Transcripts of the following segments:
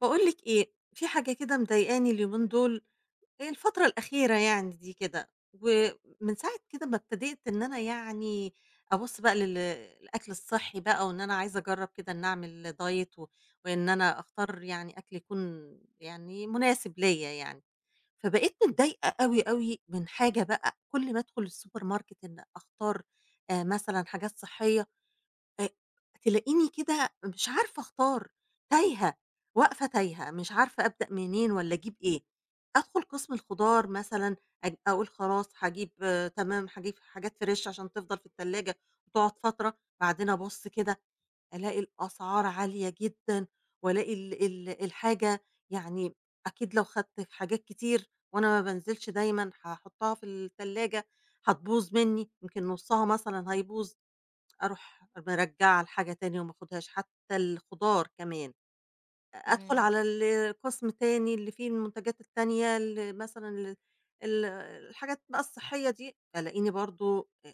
باقول لِك إيه، في حاجة كده مضايقاني اليومين دول، هي الفترة الأخيرة يعني دي كده، ومن ساعة كده ما ابتديت إن أنا يعني أبُص بقى الأكل الصحّي بقى، وإن أنا عايزة أجرّب كده إن أعمل diet و وإن أنا أختار يعني أكل يكون يعني مناسب ليّا يعني، فبقيت متضايقة أوي، أوي من حاجة بقى كل ما أدخل السوبر ماركت إن أختار مثلًا حاجات صحّية آآ تلاقيني كده مش عارفة أختار، تايهة، واقفة تايهة، مش عارفة أبدأ منين والّا أجيب إيه. أدخل قسم الخضار مثلًا أقول خلاص هاجيب تمام، هاجيب حاجات فريش عشان تفضل في التلاجة وتقعد فترة، بعدين أبُص كده ألاقي الأسعار عالية جدًا، وألاقي ال ال الحاجة يعني أكيد لو خدت في حاجات كتير وأنا ما بانزلش دايمًا هاحطها في التلاجة هتبوظ مني، يمكن نُصّها مثلًا هيبوظ. أروح مرجّعة الحاجة تاني وما آخدهاش، حتى الخضار كمان، أدخل إمم، على القسم تاني اللي فيه المنتجات التانية ال مثلًا ال ال الحاجات بقى الصحية دي، ألاقيني برضه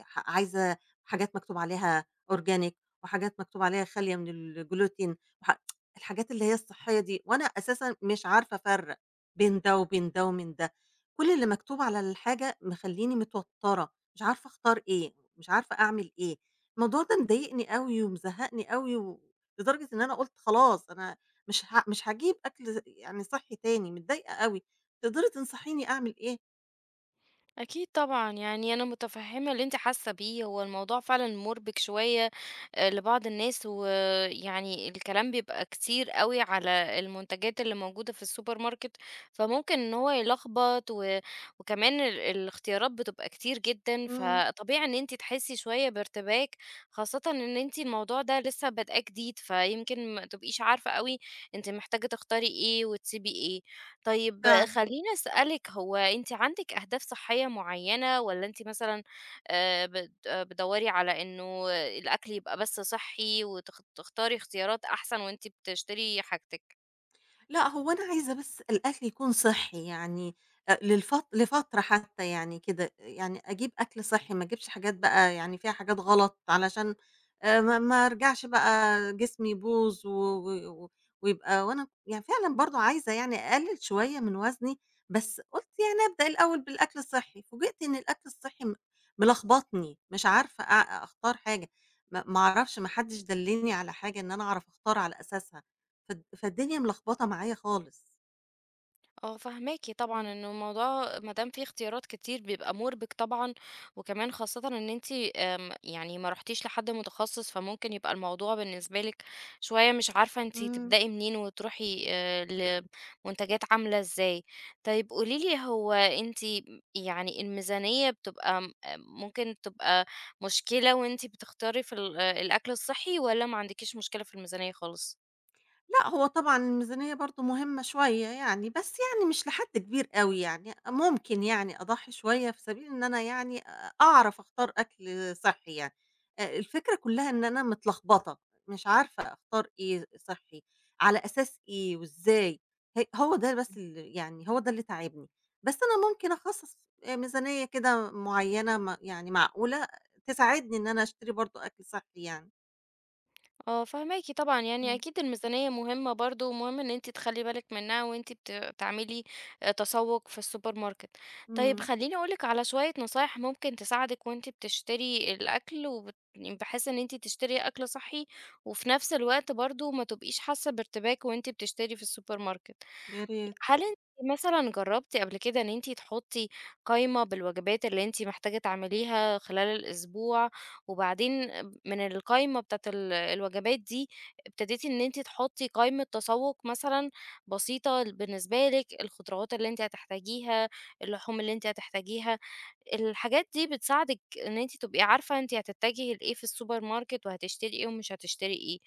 عايزة حاجات مكتوب عليها organic وحاجات مكتوب عليها خالية من الgluten وح الحاجات اللي هي الصحية دي، وأنا أساسًا مش عارفة أفرّق بين ده وبين ده ومن ده، كل اللي مكتوب على الحاجة مخلّيني متوترة، مش عارفة أختار إيه، مش عارفة أعمل إيه، الموضوع ده مضايقني أوي ومزهقني أوي لدرجة إن أنا قُلت خلاص أنا مش هاجيب أكل يعني صحّي تاني، متضايقة أوي، تقدري تنصحيني أعمل إيه؟ أكيد طبعًا، يعني أنا متفهمة اللي أنتِ حاسة بيه. هو الموضوع فعلًا مُربِك شوية لبعض الناس، ويعني الكلام بيبقى كتير أوي على المنتجات اللي موجودة في السوبر ماركت، فممكن إن هو يلخبط، وكمان الاختيارات بتبقى كتير جدًا، إمم. فطبيعي إن أنتِ تحسي شوية بارتباك، خاصةً إن أنتِ الموضوع ده لسه بادئاه جديد، فيمكن ما تبقيش عارفة أوي أنتِ محتاجة تختاري إيه وتسيبي إيه. طيب فعلًا. خلّيني أسألِك، هو أنتِ عندِك أهداف صحية معيّنة والّا أنتِ مثلًا بت آه، بتدوّري على إنه الأكل يبقى بس صحّي وتخ تختاري اختيارات أحسن وأنتِ بتشتري حاجتِك؟ لأ، هو أنا عايزة بس الأكل يكون صحّي يعني أ للفت لفترة حتى يعني كده، يعني أجيب أكل صحّي ما أجيبش حاجات بقى يعني فيها حاجات غلط علشان ما أرجعش بقى جسمي يبوظ و ويبقى وأنا يعني فعلًا برضه عايزة يعني أقلِّل شوية من وزني، بس قُلت يعني أبدأ الأول بالأكل الصحّي، فوجئت إن الأكل الصحّي ملخبطني، مش عارفة أختار حاجة، ما أعرفش ما حدّش دلِّلني على حاجة إن أنا أعرف أختار على أساسها. فالدنيا ملخبطة معايا خالص. آه، فاهماكِ طبعًا. إمم. إنه الموضوع ما دام في اختيارات كتير بيبقى مُربِك طبعًا، وكمان خاصةً إن أنتِ آمم يعني ما رُحتيش لحد متخصص، فممكن يبقى الموضوع بالنسبة لِك شوية مش عارفة أنتِ إمم. تبدئي منين وتروحي لمنتجات عاملة إزاي. طيب قولي لي، هو أنتِ يعني الميزانية بتبقى ممكن تبقى مشكلة وأنتِ بتختاري في ال اه، الأكل الصحّي والّا ما عندكيش مشكلة في الميزانية خالص؟ لأ، هو طبعًا الميزانية برضه مهمة شوية يعني، بس يعني مش لحد كبير أوي يعني، ممكن يعني أضحّي شوية في سبيل إن أنا يعني أعرف أختار أكل صحّي يعني، الفكرة كلّها إن أنا متلخبطة، مش عارفة أختار إيه صحّي، على أساس إيه وإزاي، هو ده بس يعني هو ده اللي تاعبني، بس أنا ممكن أخصّص ميزانية كده معيّنة يعني معقولة تساعدني إن أنا أشتري برضه أكل صحّي يعني. آه، فاهماكِ طبعًا. يعني إمم. أكيد الميزانية مهمة برضه، ومهم إن أنتِ تخلّي بالِك منها وأنتِ بتعملي تسوُّق في السوبر ماركت. طيب إمم، خلّيني أقول لِك على شوية نصايح ممكن تساعدِك وأنتِ بتشتري الأكل، يعني بحيث إن أنتِ تشتري أكل صحّي، وفي نفس الوقت برضه ما تبقيش حاسة بارتباك وأنتِ بتشتري في السوبر ماركت. يا ريت. هل أنتِ مثلًا جرّبتِ قبل كده إن أنتِ تحطّي قايمة بالوجبات اللي أنتِ محتاجة تعمليها خلال الأسبوع، وبعدين من القايمة بتاعة الوجبات دي ابتديتِ إن أنتِ تحطّي قايمة تسوُّق مثلًا بسيطة بالنسبة لِك، الخضروات اللي أنتِ هتحتاجيها، اللحوم اللي أنتِ هتحتاجيها؟ الحاجات دي بتساعدِك إن أنتِ تبقي عارفة أنتِ هتتجهي لإيه في السوبر ماركت، وهتشتري إيه ومش هتشتري إيه.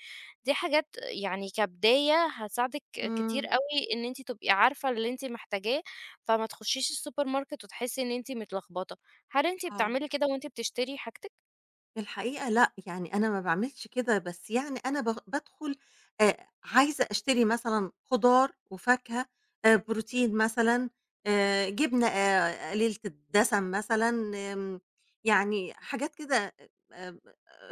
دي حاجات يعني كبداية هتساعدِك كتير إمم. أوي إن أنتِ تبقي عارفة اللي أنتِ محتاجاه، فما تخشيش السوبر ماركت وتحسي إن أنتِ متلخبطة. هل أنتِ آه، بتعملي كده وأنتِ بتشتري حاجتِك؟ الحقيقة لأ، يعني أنا ما باعملش كده، بس يعني أنا بادخل عايزة أشتري مثلًا خضار وفاكهة، بروتين مثلًا، جبنة قليلة الدسم مثلًا، آمم، يعني حاجات كده آآ،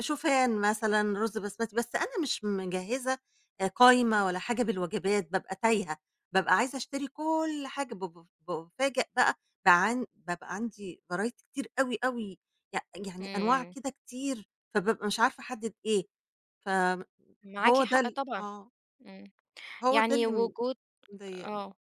شوفان مثلًا، رز بسمتي، بس أنا مش مجهزة قايمة ولا حاجة بالوجبات، بابقى تايهة، بابقى عايزة أشتري كل حاجة، ب ب بافاجأ بقى، بابقى عندي variety كتير أوي، أوي. ي يعني أنواع إمم، كده كتير، فبابقى مش عارفة أحدد إيه، معاكِ فهو ده حق ال طبعًا. آه، إمم. هو ده يعني اللي وجود، مضايقني. آه.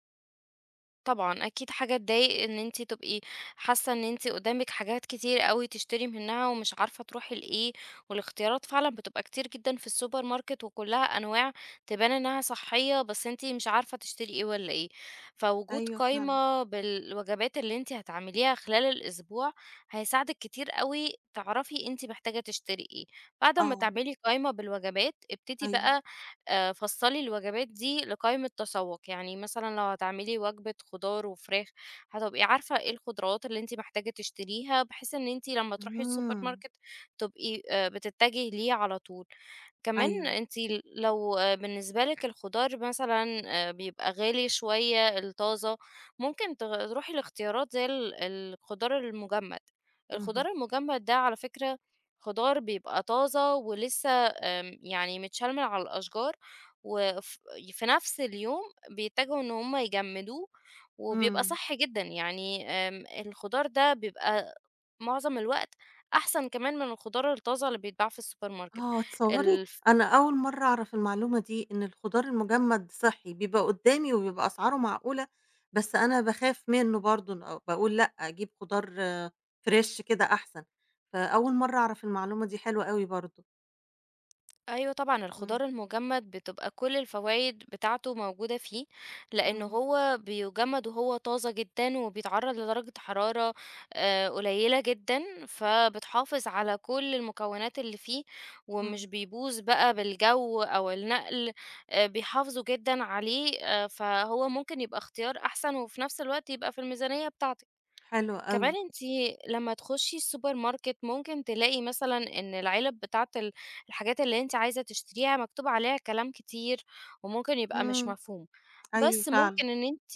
طبعًا، أكيد حاجة تضايق إن أنتِ تبقي حاسة إن أنتِ قدامِك حاجات كتير أوي تشتري منها ومش عارفة تروحي لإيه، والاختيارات فعلًا بتبقى كتير جدًا في السوبر ماركت، وكلها أنواع تبان إنها صحية، بس أنتِ مش عارفة تشتري إيه والّا إيه. فوجود أيوه فعلًا. قايمة بالوجبات اللي أنتِ هتعمليها خلال الأسبوع هيساعدِك كتير أوي تعرفي أنتِ محتاجة تشتري إيه. بعد أمّا آه. تعملي قايمة بالوجبات، ابتدي أيوه. بقى فصّلي الوجبات دي لقائمة تسوّق. يعني مثلًا لو هتعملي وجبة خضار وفراخ، هتبقي عارفة إيه الخضروات اللي أنتِ محتاجة تشتريها، بحيث إن أنتِ لمّا تروحي السوبر إمم. ماركت تبقي بتتجهي ليه على طول. كمان أيوه. أنتِ لو بالنسبة لِك الخضار مثلًا بيبقى غالي شوية الطازة، ممكن تروحي لاختيارات زي الخضار المجمد. الخضار اهم. المجمد ده على فكرة خضار بيبقى طازة ولسه، يعني متشال من على الأشجار وف في نفس اليوم بيتجهوا إن هم يجمدوه، وبيبقى إمم. صحّي جدًا. يعني الخضار ده بيبقى معظم الوقت أحسن كمان من الخضار الطازة اللي بيتباع في السوبر ماركت. آه، تصوّري ال أنا أول مرّة أعرف المعلومة دي، إن الخضار المجمد صحّي، بيبقى قدّامي وبيبقى أسعاره معقولة، بس أنا باخاف منه برضه أو باقول لأ، أجيب خضار آه، فريش كده أحسن، فأول مرّة أعرف المعلومة دي، حلوة أوي برضه. أيوه طبعًا، إمم. الخضار المُجمّد بتبقى كل الفوايد بتاعته موجودة فيه، لإن إمم. هو بيُجمّد وهو طازة جدًا، وبيتعرّض لدرجة حرارة قليلة جدًا، فبتحافظ على كل المكونات اللي فيه، ومش إمم. بيبوظ بقى بالجَو أو النقل. بيحافظوا جدًا عليه، فهو ممكن يبقى اختيار أحسن وفي نفس الوقت يبقى في الميزانية بتاعتِك. حلو أوي. كمان أنتِ لمّا تخشي السوبر ماركت ممكن تلاقي مثلًا إن العلب بتاعة الحاجات اللي أنتِ عايزة تشتريها مكتوب عليها كلام كتير، وممكن يبقى مش إمم، مفهوم، أيوه بس فعلًا. ممكن إن أنتِ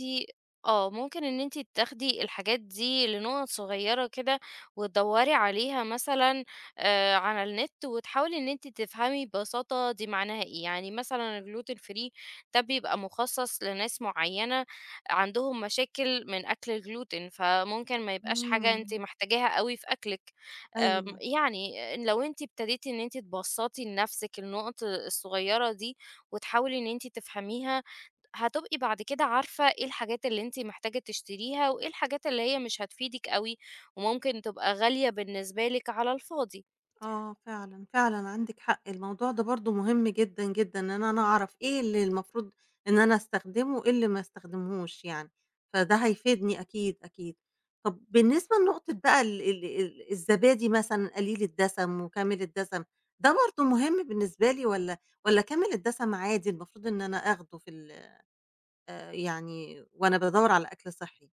آه، ممكن إن أنتِ تاخدي الحاجات دي لنُقَط صغيّرة كده وتدوّري عليها مثلًا على النت، وتحاولي إن أنتِ تفهمي ببساطة دي معناها إيه. يعني مثلًا الgluten free ده بيبقى مخصص لناس معيّنة عندهم مشاكل من أكل الgluten، فممكن ما يبقاش حاجة أنتِ إمم، محتاجاها أوي في أكلِك. أيوه. يعني لو أنتِ ابتديتِ إن أنتِ تبسّطي لنفسِك النُقَط الصغيّرة دي وتحاولي إن أنتِ تفهميها، هتبقي بعد كده عارفة إيه الحاجات اللي أنتِ محتاجة تشتريها، وإيه الحاجات اللي هي مش هتفيدِك أوي وممكن تبقى غالية بالنسبة لِك على الفاضي. آه فعلًا، فعلًا عندِك حق، الموضوع ده برضه مهم جدًا، جدًا، إن أنا أعرف إيه اللي المفروض إن أنا أستخدمه وإيه اللي ما أستخدمهوش يعني، فده هيفيدني أكيد، أكيد. طب بالنسبة لنقطة بقى ال ال ال الزبادي مثلًا قليل الدسم وكامل الدسم، ده برضه مهم بالنسبة لي والّا كامل الدسم عادي المفروض إن أنا آخده في يعني وأنا بادوّر على أكل صحّي؟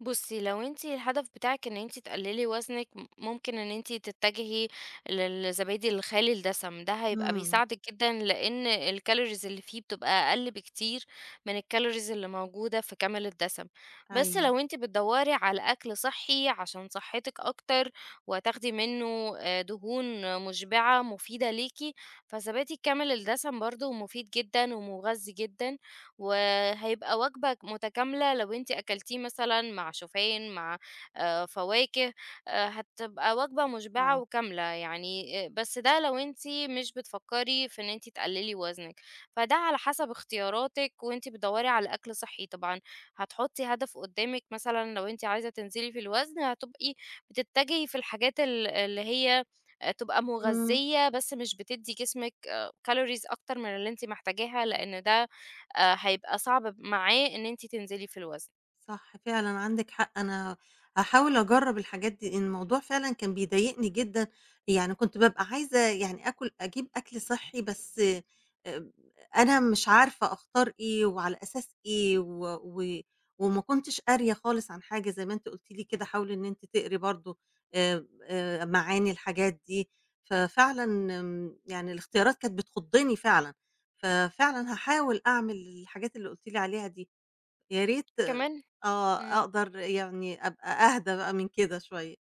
بُصّي، لو أنتِ الهدف بتاعِك إن أنتِ تقللي وزنِك، ممكن إن أنتِ تتجهي للزبادي الخالي الدسم، ده هيبقى إمم، بيساعدِك جدًا، لإن الcalories اللي فيه بتبقى أقل بكتير من الcalories اللي موجودة في كامل الدسم. بس أيوه. لو أنتِ بتدوّري على أكل صحّي عشان صحتِك أكتر، وهتاخدي منه دهون مشبعة مفيدة ليكِ، فزبادي كامل الدسم برضه مفيد جدًا ومغذي جدًا. وهيبقى وجبة متكاملة لو أنتِ أكلتيه مثلًا مع شوفان، مع فواكه. هتبقى وجبة مشبعة آه، وكاملة يعني. بس ده لو أنتِ مش بتفكّري في إن أنتِ تقللي وزنِك، فده على حسب اختياراتِك وأنتِ بتدوّري على أكل صحّي طبعًا. هتحطّي هدف قدّامِك مثلًا، لو أنتِ عايزة تنزلي في الوزن هتبقي بتتجهي في الحاجات اللي هي تبقى إمم، مغذية بس مش بتدّي جسمِك calories أكتر من اللي أنتِ محتاجاها، لإن ده هيبقى صعب معاه إن أنتِ تنزلي في الوزن. صح فعلًا عندِك حق، أنا هاحاول أجرّب الحاجات دي، الموضوع فعلًا كان بيضايقني جدًا، يعني كنت بابقى عايزة يعني آكل أجيب أكل صحّي بس أنا مش عارفة أختار إيه وعلى أساس إيه و وما كنتش قارية خالص عن حاجة زي ما أنتِ قُلتِ لي كده حاولي إن أنتِ تقري برضه معاني الحاجات دي، ففعلًا يعني الاختيارات كانت بتخُضّني فعلًا، ففعلًا هاحاول أعمل الحاجات اللي قُلتِ لي عليها دي. يا ريت كمان آه، إمم. أقدر يعني أبقى أهدى بقى من كده شوية.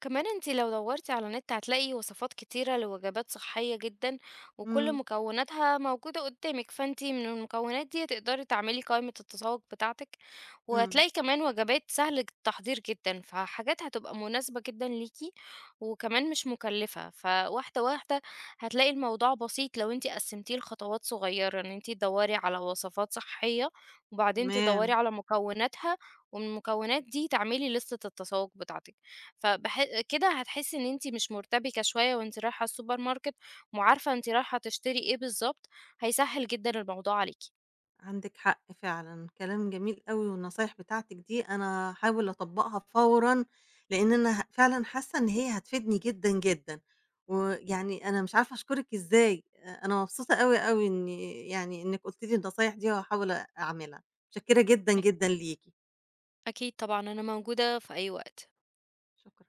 كمان انت لو دورتي على النت، هتلاقي وصفات كتيرة لوجبات صحية جدا، وكل إمم. مكوناتها موجودة قدامك، فانت من المكونات دي تقدري تعملي قائمة التذوق بتاعتك. إمم. وهتلاقي كمان وجبات سهلة التحضير جدا، فحاجات هتبقى مناسبة جدا ليكي، وكمان مش مكلفة. فواحدة واحدة هتلاقي الموضوع بسيط، لو انت قسمتيه لخطوات صغيرة، ان انت تدوري على وصفات صحية، وبعدين تدوري تمام، على مكوناتها، ومن المكونات دي تعملي لستة التسوق بتاعتك. كده هتحسي إن أنتِ مش مرتبكة شوية وأنتِ رايحة السوبر ماركت، وعارفة أنتِ رايحة تشتري إيه بالضبط، هيسهّل جدًا الموضوع عليكِ. عندِك حق فعلًا، كلام جميل أوي والنصايح بتاعتِك دي أنا هاحاول أطبّقها فورًا، لإن أنا فعلًا حاسة إن هي هتفيدني جدًا، جدًا، ويعني أنا مش عارفة أشكرِك إزاي، أنا مبسوطة أوي، أوي إني يعني إنِّك قُلتِ لي النصايح دي وهاحاول أعملها، متشكرة جدًا، أك جدًا ليكِ، أكيد طبعًا، أنا موجودة في أي وقت. شكرًا.